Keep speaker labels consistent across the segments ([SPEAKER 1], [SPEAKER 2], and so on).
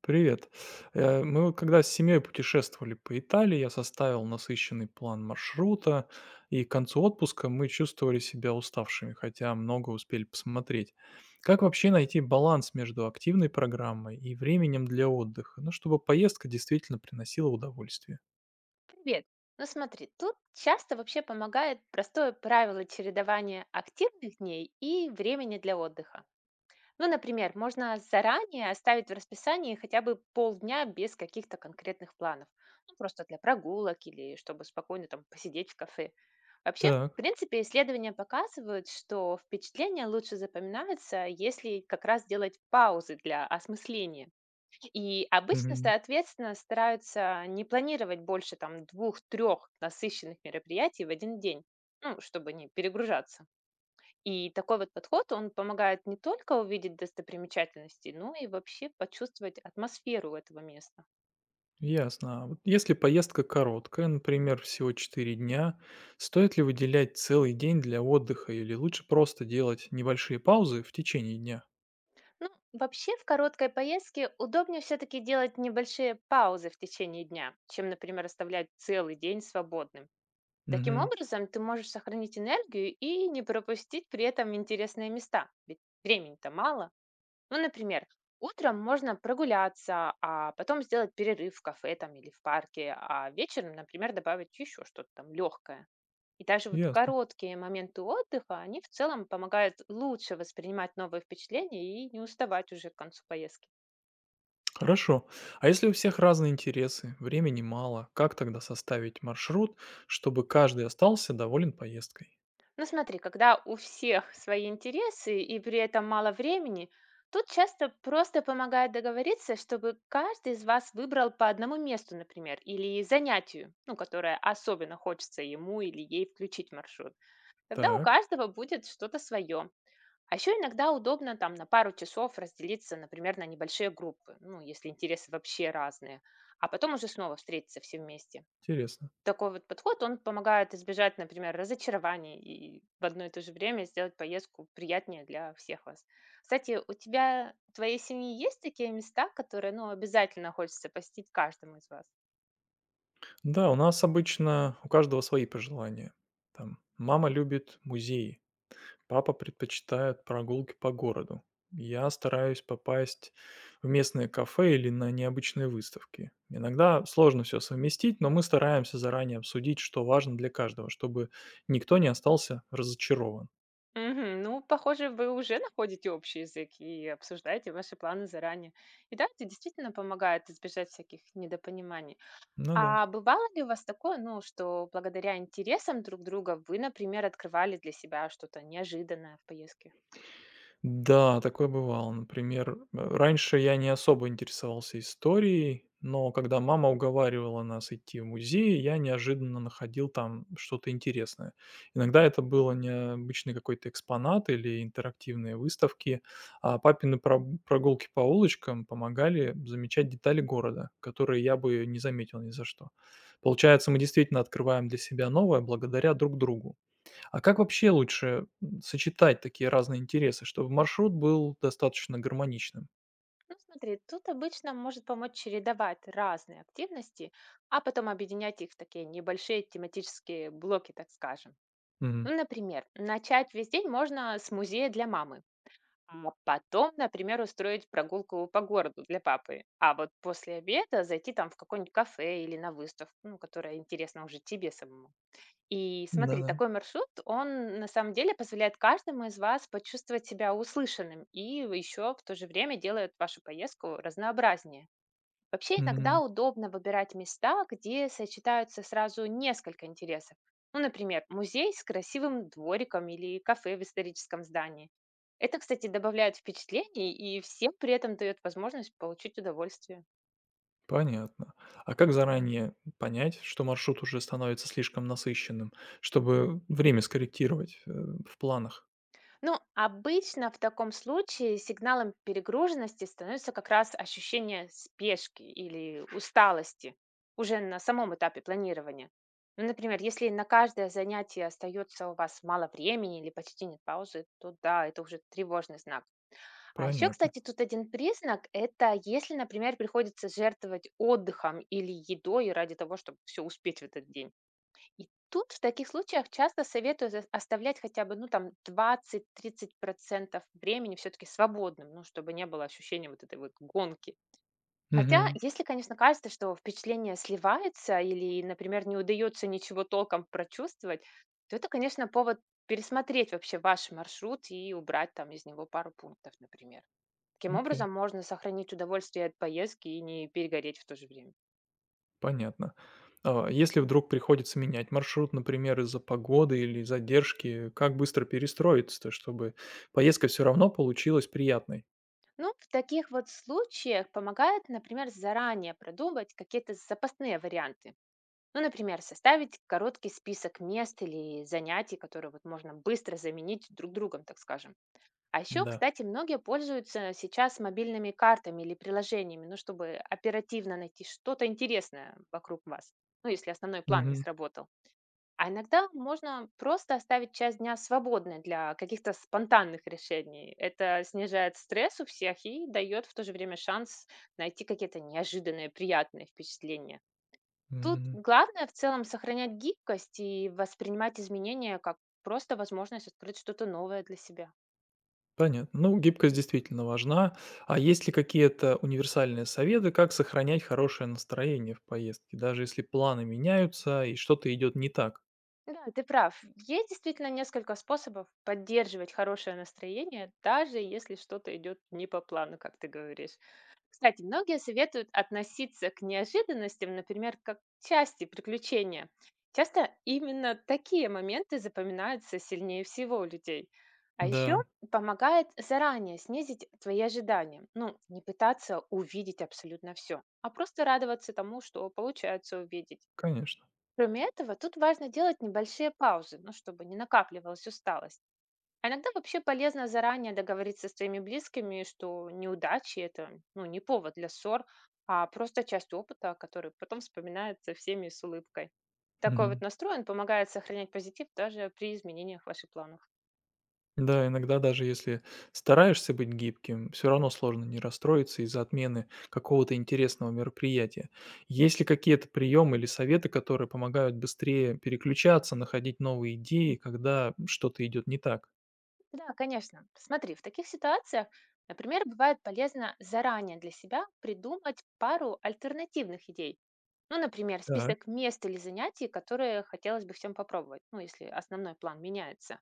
[SPEAKER 1] Привет. Мы вот когда с семьей путешествовали по Италии, я составил насыщенный план маршрута, и к концу отпуска мы чувствовали себя уставшими, хотя много успели посмотреть. Как вообще найти баланс между активной программой и временем для отдыха, ну, чтобы поездка действительно приносила удовольствие?
[SPEAKER 2] Привет. Ну смотри, тут часто вообще помогает простое правило чередования активных дней и времени для отдыха. Ну, например, можно заранее оставить в расписании хотя бы полдня без каких-то конкретных планов. Ну, просто для прогулок или чтобы спокойно там посидеть в кафе. Вообще, в
[SPEAKER 1] Так.
[SPEAKER 2] принципе, исследования показывают, что впечатления лучше запоминаются, если как раз делать паузы для осмысления. И обычно,
[SPEAKER 1] Мгм.
[SPEAKER 2] соответственно, стараются не планировать больше там двух-трех насыщенных мероприятий в один день, ну, чтобы не перегружаться. И такой вот подход, он помогает не только увидеть достопримечательности, но и вообще почувствовать атмосферу этого места.
[SPEAKER 1] Ясно. А вот если поездка короткая, например, всего 4 дня, стоит ли выделять целый день для отдыха или лучше просто делать небольшие паузы в течение дня?
[SPEAKER 2] Ну, вообще в короткой поездке удобнее все-таки делать небольшие паузы в течение дня, чем, например, оставлять целый день свободным. Таким
[SPEAKER 1] Мгм.
[SPEAKER 2] образом, ты можешь сохранить энергию и не пропустить при этом интересные места, ведь времени-то мало. Ну, например, утром можно прогуляться, а потом сделать перерыв в кафе там или в парке, а вечером, например, добавить еще что-то там легкое. И даже вот
[SPEAKER 1] Ясно.
[SPEAKER 2] короткие моменты отдыха, они в целом помогают лучше воспринимать новые впечатления и не уставать уже к концу поездки.
[SPEAKER 1] Хорошо. А если у всех разные интересы, времени мало, как тогда составить маршрут, чтобы каждый остался доволен поездкой?
[SPEAKER 2] Ну смотри, когда у всех свои интересы и при этом мало времени, тут часто просто помогает договориться, чтобы каждый из вас выбрал по одному месту, например, или занятию, ну, которое особенно хочется ему или ей включить в маршрут. Тогда у
[SPEAKER 1] Так,
[SPEAKER 2] каждого будет что-то свое. А еще иногда удобно там на пару часов разделиться, например, на небольшие группы, ну, если интересы вообще разные, а потом уже снова встретиться все вместе.
[SPEAKER 1] интересно.
[SPEAKER 2] Такой вот подход, он помогает избежать, например, разочарований и в одно и то же время сделать поездку приятнее для всех вас. Кстати, у тебя, у твоей семьи есть такие места, которые, ну, обязательно хочется посетить каждому из вас?
[SPEAKER 1] Да, у нас обычно у каждого свои пожелания. Там мама любит музеи, папа предпочитает прогулки по городу. Я стараюсь попасть в местные кафе или на необычные выставки. Иногда сложно все совместить, но мы стараемся заранее обсудить, что важно для каждого, чтобы никто не остался разочарован.
[SPEAKER 2] Мгм. Ну, похоже, вы уже находите общий язык и обсуждаете ваши планы заранее. И да, это действительно помогает избежать всяких недопониманий.
[SPEAKER 1] Ну да.
[SPEAKER 2] А бывало ли у вас такое, ну, что благодаря интересам друг друга вы, например, открывали для себя что-то неожиданное в поездке?
[SPEAKER 1] Да, такое бывало. Например, раньше я не особо интересовался историей, но когда мама уговаривала нас идти в музей, я неожиданно находил там что-то интересное. Иногда это было необычный какой-то экспонат или интерактивные выставки, а папины прогулки по улочкам помогали замечать детали города, которые я бы не заметил ни за что. Получается, мы действительно открываем для себя новое благодаря друг другу. А как вообще лучше, сочетать такие разные интересы, чтобы маршрут был достаточно гармоничным?
[SPEAKER 2] Ну, смотри, тут обычно может помочь чередовать разные активности, а потом объединять их в такие небольшие тематические блоки, так скажем.
[SPEAKER 1] Мгм.
[SPEAKER 2] Ну, например, начать весь день можно с музея для мамы, а потом, например, устроить прогулку по городу для папы, а вот после обеда зайти там в какое-нибудь кафе или на выставку, ну, которая интересна уже тебе самому. И смотри,
[SPEAKER 1] Да-да.
[SPEAKER 2] такой маршрут, он на самом деле позволяет каждому из вас почувствовать себя услышанным и еще в то же время делает вашу поездку разнообразнее. Вообще иногда
[SPEAKER 1] Мгм.
[SPEAKER 2] удобно выбирать места, где сочетаются сразу несколько интересов. Ну, например, музей с красивым двориком или кафе в историческом здании. Это, кстати, добавляет впечатлений и всем при этом дает возможность получить удовольствие.
[SPEAKER 1] Понятно. А как заранее понять, что маршрут уже становится слишком насыщенным, чтобы время скорректировать, в планах?
[SPEAKER 2] Ну, обычно в таком случае сигналом перегруженности становится как раз ощущение спешки или усталости уже на самом этапе планирования. Ну, например, если на каждое занятие остается у вас мало времени или почти нет паузы, то да, это уже тревожный знак. А еще,
[SPEAKER 1] Понятно.
[SPEAKER 2] кстати, тут один признак – это если, например, приходится жертвовать отдыхом или едой ради того, чтобы все успеть в этот день. И тут в таких случаях часто советую за оставлять хотя бы, ну, там 20-30 времени все таки свободным, ну, чтобы не было ощущения вот этой вот гонки. Хотя,
[SPEAKER 1] Мгм.
[SPEAKER 2] если, конечно, кажется, что впечатление сливается или, например, не удается ничего толком прочувствовать, то это, конечно, повод пересмотреть вообще ваш маршрут и убрать там из него пару пунктов, например. Таким
[SPEAKER 1] Окей.
[SPEAKER 2] образом, можно сохранить удовольствие от поездки и не перегореть в то же время.
[SPEAKER 1] Понятно. А если вдруг приходится менять маршрут, например, из-за погоды или задержки, как быстро перестроиться, чтобы поездка все равно получилась приятной?
[SPEAKER 2] Ну, в таких вот случаях помогает, например, заранее продумать какие-то запасные варианты. Ну, например, составить короткий список мест или занятий, которые вот можно быстро заменить друг другом, так скажем. А еще,
[SPEAKER 1] Да.
[SPEAKER 2] кстати, многие пользуются сейчас мобильными картами или приложениями, ну, чтобы оперативно найти что-то интересное вокруг вас, ну, если основной план не сработал. А иногда можно просто оставить часть дня свободной для каких-то спонтанных решений. Это снижает стресс у всех и дает в то же время шанс найти какие-то неожиданные приятные впечатления. Тут
[SPEAKER 1] Мгм.
[SPEAKER 2] главное в целом сохранять гибкость и воспринимать изменения как просто возможность открыть что-то новое для себя.
[SPEAKER 1] Понятно. Ну, гибкость действительно важна. А есть ли какие-то универсальные советы, как сохранять хорошее настроение в поездке, даже если планы меняются и что-то идет не так?
[SPEAKER 2] Да, ты прав. Есть действительно несколько способов поддерживать хорошее настроение, даже если что-то идет не по плану, как ты говоришь. Кстати, многие советуют относиться к неожиданностям, например, как к части приключения. Часто именно такие моменты запоминаются сильнее всего у людей. А еще
[SPEAKER 1] Да,
[SPEAKER 2] помогает заранее снизить твои ожидания. Ну, не пытаться увидеть абсолютно все, а просто радоваться тому, что получается увидеть.
[SPEAKER 1] конечно.
[SPEAKER 2] Кроме этого, тут важно делать небольшие паузы, ну, чтобы не накапливалась усталость. А иногда вообще полезно заранее договориться с твоими близкими, что неудачи это, ну, не повод для ссор, а просто часть опыта, который потом вспоминается всеми с улыбкой. Такой вот
[SPEAKER 1] Мгм.
[SPEAKER 2] настрой, он помогает сохранять позитив даже при изменениях ваших планов.
[SPEAKER 1] Да, иногда даже если стараешься быть гибким, все равно сложно не расстроиться из-за отмены какого-то интересного мероприятия. Есть ли какие-то приемы или советы, которые помогают быстрее переключаться, находить новые идеи, когда что-то идет не так?
[SPEAKER 2] Да, конечно. Смотри, в таких ситуациях, например, бывает полезно заранее для себя придумать пару альтернативных идей. Ну, например,
[SPEAKER 1] Так,
[SPEAKER 2] список мест или занятий, которые хотелось бы всем попробовать, ну, если основной план меняется.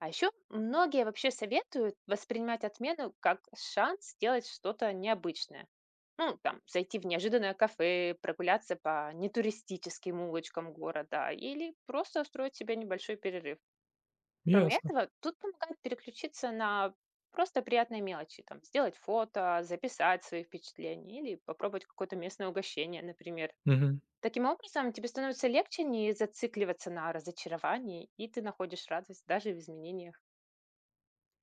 [SPEAKER 2] А еще многие вообще советуют воспринимать отмену как шанс сделать что-то необычное. Ну, там, зайти в неожиданное кафе, прогуляться по нетуристическим улочкам города или просто устроить себе небольшой перерыв. Кроме
[SPEAKER 1] ясно.
[SPEAKER 2] этого, тут помогает переключиться на просто приятные мелочи, там, сделать фото, записать свои впечатления или попробовать какое-то местное угощение, например.
[SPEAKER 1] Мгм.
[SPEAKER 2] Таким образом, тебе становится легче не зацикливаться на разочаровании, и ты находишь радость даже в изменениях.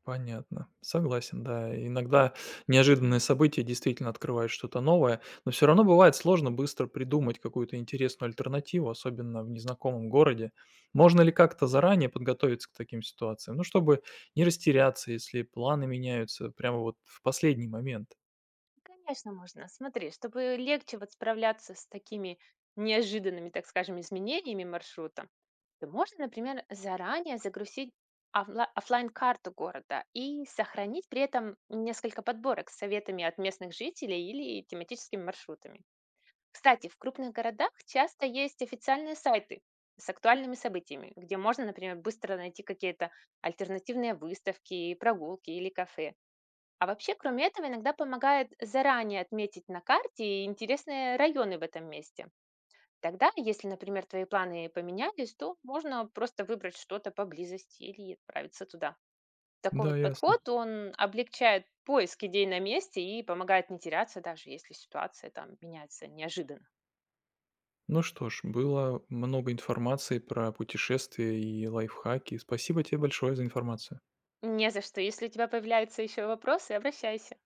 [SPEAKER 1] Понятно. Согласен, да. Иногда неожиданные события действительно открывают что-то новое, но все равно бывает сложно быстро придумать какую-то интересную альтернативу, особенно в незнакомом городе. Можно ли как-то заранее подготовиться к таким ситуациям? Ну, чтобы не растеряться, если планы меняются прямо вот в последний момент.
[SPEAKER 2] Конечно, можно. Смотри, чтобы легче вот справляться с такими неожиданными, так скажем, изменениями маршрута, то можно, например, заранее загрузить офлайн карту города и сохранить при этом несколько подборок с советами от местных жителей или тематическими маршрутами. Кстати, в крупных городах часто есть официальные сайты с актуальными событиями, где можно, например, быстро найти какие-то альтернативные выставки, прогулки или кафе. А вообще, кроме этого, иногда помогает заранее отметить на карте интересные районы в этом месте. Тогда, если, например, твои планы поменялись, то можно просто выбрать что-то поблизости или отправиться туда. Такой
[SPEAKER 1] Да,
[SPEAKER 2] вот
[SPEAKER 1] ясно.
[SPEAKER 2] подход, он облегчает поиск идей на месте и помогает не теряться, даже если ситуация там меняется неожиданно.
[SPEAKER 1] Ну что ж, было много информации про путешествия и лайфхаки. Спасибо тебе большое за информацию.
[SPEAKER 2] Не за что. Если у тебя появляются еще вопросы, обращайся.